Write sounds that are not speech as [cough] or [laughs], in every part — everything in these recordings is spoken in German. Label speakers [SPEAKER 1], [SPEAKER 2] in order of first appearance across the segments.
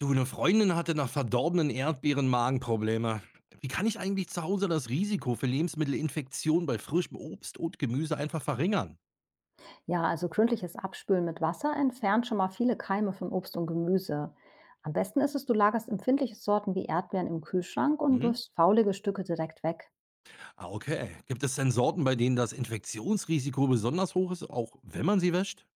[SPEAKER 1] Du, 'ne Freundin hatte nach verdorbenen Erdbeeren Magenprobleme. Wie kann ich eigentlich zu Hause das Risiko für Lebensmittelinfektionen bei frischem Obst und Gemüse einfach verringern?
[SPEAKER 2] Ja, also gründliches Abspülen mit Wasser entfernt schon mal viele Keime von Obst und Gemüse. Am besten ist es, du lagerst empfindliche Sorten wie Erdbeeren im Kühlschrank und
[SPEAKER 1] Hm?
[SPEAKER 2] wirfst faulige Stücke direkt weg.
[SPEAKER 1] Ah, okay. Gibt es denn Sorten, bei denen das Infektionsrisiko besonders hoch ist, auch wenn man sie wäscht?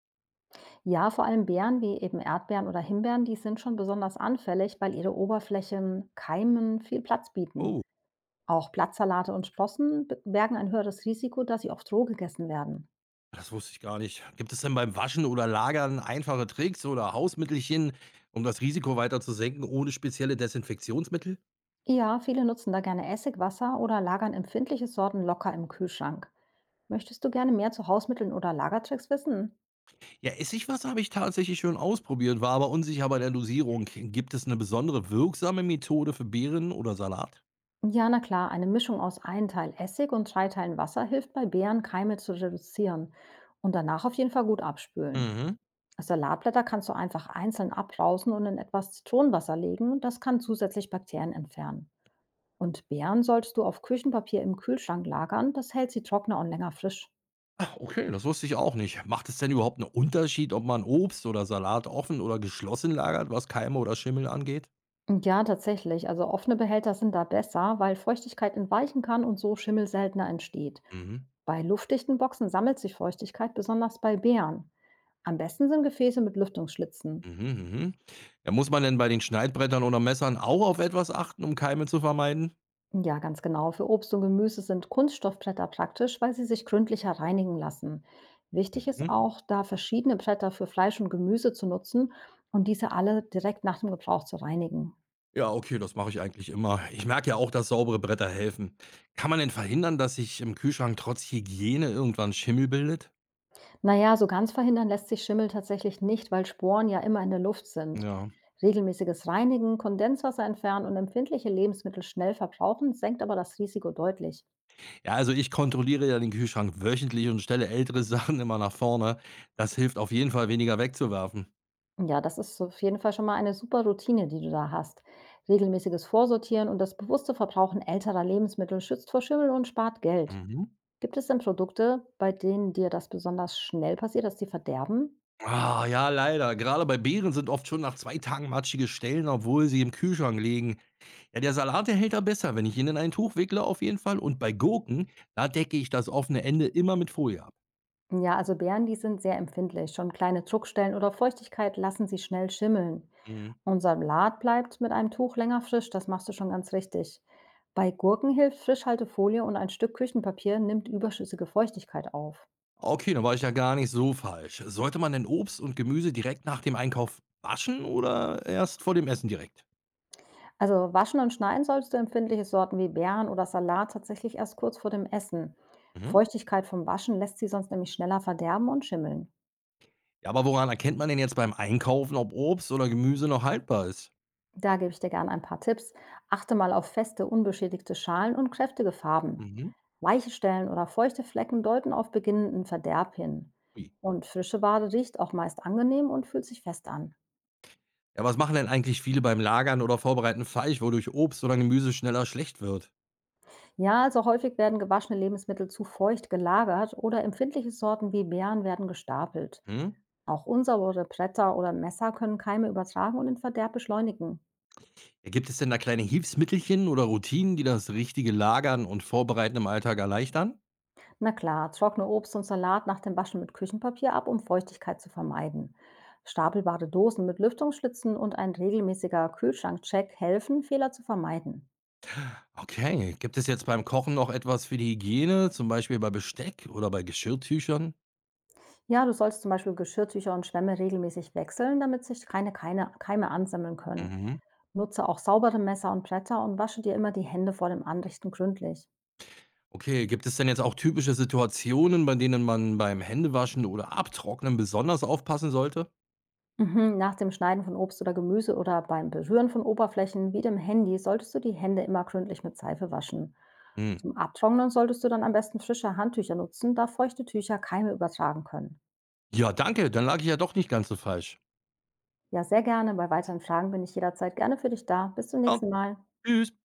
[SPEAKER 2] Ja, vor allem Beeren wie eben Erdbeeren oder Himbeeren, die sind schon besonders anfällig, weil ihre Oberflächen Keimen viel Platz bieten.
[SPEAKER 1] Oh,
[SPEAKER 2] Auch Blattsalate und Sprossen bergen ein höheres Risiko, dass sie oft roh gegessen werden.
[SPEAKER 1] das wusste ich gar nicht. Gibt es denn beim Waschen oder Lagern einfache Tricks oder Hausmittelchen, um das Risiko weiter zu senken, ohne spezielle Desinfektionsmittel?
[SPEAKER 2] Ja, viele nutzen da gerne Essigwasser oder lagern empfindliche Sorten locker im Kühlschrank. Möchtest du gerne mehr zu Hausmitteln oder Lagertricks wissen?
[SPEAKER 1] Ja, Essigwasser habe ich tatsächlich schon ausprobiert, war aber unsicher bei der Dosierung. Gibt es eine besondere wirksame Methode für Beeren oder Salat?
[SPEAKER 2] Ja, na klar, eine Mischung aus einem Teil Essig und drei Teilen Wasser hilft bei Beeren, Keime zu reduzieren und danach auf jeden Fall gut abspülen.
[SPEAKER 1] Mhm.
[SPEAKER 2] Das Salatblätter kannst du einfach einzeln abbrausen und in etwas Zitronenwasser legen. Das kann zusätzlich Bakterien entfernen. Und Beeren solltest du auf Küchenpapier im Kühlschrank lagern. Das hält sie trockener und länger frisch.
[SPEAKER 1] Ach, okay, das wusste ich auch nicht. Macht es denn überhaupt einen Unterschied, ob man Obst oder Salat offen oder geschlossen lagert, was Keime oder Schimmel angeht?
[SPEAKER 2] Ja, tatsächlich. Also offene Behälter sind da besser, weil Feuchtigkeit entweichen kann und so Schimmel seltener entsteht.
[SPEAKER 1] Mhm.
[SPEAKER 2] Bei luftdichten Boxen sammelt sich Feuchtigkeit, besonders bei Beeren. Am besten sind Gefäße mit Lüftungsschlitzen.
[SPEAKER 1] Mhm, mhm. Ja, muss man denn bei den Schneidbrettern oder Messern auch auf etwas achten, um Keime zu vermeiden?
[SPEAKER 2] Ja, ganz genau. Für Obst und Gemüse sind Kunststoffbretter praktisch, weil sie sich gründlicher reinigen lassen. Wichtig ist
[SPEAKER 1] Mhm.
[SPEAKER 2] auch, da verschiedene Bretter für Fleisch und Gemüse zu nutzen und diese alle direkt nach dem Gebrauch zu reinigen.
[SPEAKER 1] Ja, okay, das mache ich eigentlich immer. Ich merke ja auch, dass saubere Bretter helfen. Kann man denn verhindern, dass sich im Kühlschrank trotz Hygiene irgendwann Schimmel bildet?
[SPEAKER 2] Na ja, so ganz verhindern lässt sich Schimmel tatsächlich nicht, weil Sporen ja immer in der Luft sind.
[SPEAKER 1] Ja.
[SPEAKER 2] Regelmäßiges Reinigen, Kondenswasser entfernen und empfindliche Lebensmittel schnell verbrauchen senkt aber das Risiko deutlich.
[SPEAKER 1] Ja, also ich kontrolliere ja den Kühlschrank wöchentlich und stelle ältere [laughs] Sachen immer nach vorne. Das hilft auf jeden Fall, weniger wegzuwerfen.
[SPEAKER 2] Ja, das ist auf jeden Fall schon mal eine super Routine, die du da hast. Regelmäßiges Vorsortieren und das bewusste Verbrauchen älterer Lebensmittel schützt vor Schimmel und spart Geld.
[SPEAKER 1] Mhm.
[SPEAKER 2] Gibt es denn Produkte, bei denen dir das besonders schnell passiert, dass die verderben?
[SPEAKER 1] Ah, ja, leider. Gerade bei Beeren sind oft schon nach 2 Tagen matschige Stellen, obwohl sie im Kühlschrank liegen. Ja, der Salat, der hält da besser, wenn ich ihn in ein Tuch wickle, auf jeden Fall. Und bei Gurken, da decke ich das offene Ende immer mit Folie ab.
[SPEAKER 2] Ja, also Beeren, die sind sehr empfindlich. Schon kleine Druckstellen oder Feuchtigkeit lassen sie schnell schimmeln.
[SPEAKER 1] Mhm.
[SPEAKER 2] Und Salat bleibt mit einem Tuch länger frisch, das machst du schon ganz richtig. Bei Gurken hilft Frischhaltefolie und ein Stück Küchenpapier nimmt überschüssige Feuchtigkeit auf.
[SPEAKER 1] Okay, dann war ich ja gar nicht so falsch. Sollte man denn Obst und Gemüse direkt nach dem Einkauf waschen oder erst vor dem Essen direkt?
[SPEAKER 2] Also waschen und schneiden solltest du empfindliche Sorten wie Beeren oder Salat tatsächlich erst kurz vor dem Essen.
[SPEAKER 1] Mhm.
[SPEAKER 2] Feuchtigkeit vom Waschen lässt sie sonst nämlich schneller verderben und schimmeln.
[SPEAKER 1] Ja, aber woran erkennt man denn jetzt beim Einkaufen, ob Obst oder Gemüse noch haltbar ist?
[SPEAKER 2] Da gebe ich dir gerne ein paar Tipps. Achte mal auf feste, unbeschädigte Schalen und kräftige Farben.
[SPEAKER 1] Mhm.
[SPEAKER 2] Weiche Stellen oder feuchte Flecken deuten auf beginnenden Verderb hin.
[SPEAKER 1] Ui.
[SPEAKER 2] Und frische Ware riecht auch meist angenehm und fühlt sich fest an.
[SPEAKER 1] Ja, was machen denn eigentlich viele beim Lagern oder Vorbereiten Fleisch, wodurch Obst oder Gemüse schneller schlecht wird?
[SPEAKER 2] Ja, also häufig werden gewaschene Lebensmittel zu feucht gelagert oder empfindliche Sorten wie Beeren werden gestapelt.
[SPEAKER 1] Hm?
[SPEAKER 2] Auch unsaubere Bretter oder Messer können Keime übertragen und den Verderb beschleunigen.
[SPEAKER 1] Ja, gibt es denn da kleine Hilfsmittelchen oder Routinen, die das richtige Lagern und Vorbereiten im Alltag erleichtern?
[SPEAKER 2] Na klar, trockne Obst und Salat nach dem Waschen mit Küchenpapier ab, um Feuchtigkeit zu vermeiden. Stapelbare Dosen mit Lüftungsschlitzen und ein regelmäßiger Kühlschrankcheck helfen, Fehler zu vermeiden.
[SPEAKER 1] Okay, gibt es jetzt beim Kochen noch etwas für die Hygiene, zum Beispiel bei Besteck oder bei Geschirrtüchern?
[SPEAKER 2] Ja, du sollst zum Beispiel Geschirrtücher und Schwämme regelmäßig wechseln, damit sich keine Keime ansammeln können.
[SPEAKER 1] Mhm.
[SPEAKER 2] Nutze auch saubere Messer und Bretter und wasche dir immer die Hände vor dem Anrichten gründlich.
[SPEAKER 1] Okay, gibt es denn jetzt auch typische Situationen, bei denen man beim Händewaschen oder Abtrocknen besonders aufpassen sollte?
[SPEAKER 2] Mhm. Nach dem Schneiden von Obst oder Gemüse oder beim Berühren von Oberflächen wie dem Handy solltest du die Hände immer gründlich mit Seife waschen.
[SPEAKER 1] Hm.
[SPEAKER 2] Zum Abtrocknen solltest du dann am besten frische Handtücher nutzen, da feuchte Tücher Keime übertragen können.
[SPEAKER 1] Ja, danke, dann lag ich ja doch nicht ganz so falsch.
[SPEAKER 2] Ja, sehr gerne. Bei weiteren Fragen bin ich jederzeit gerne für dich da. Bis zum
[SPEAKER 1] Ja,
[SPEAKER 2] nächsten Mal.
[SPEAKER 1] tschüss.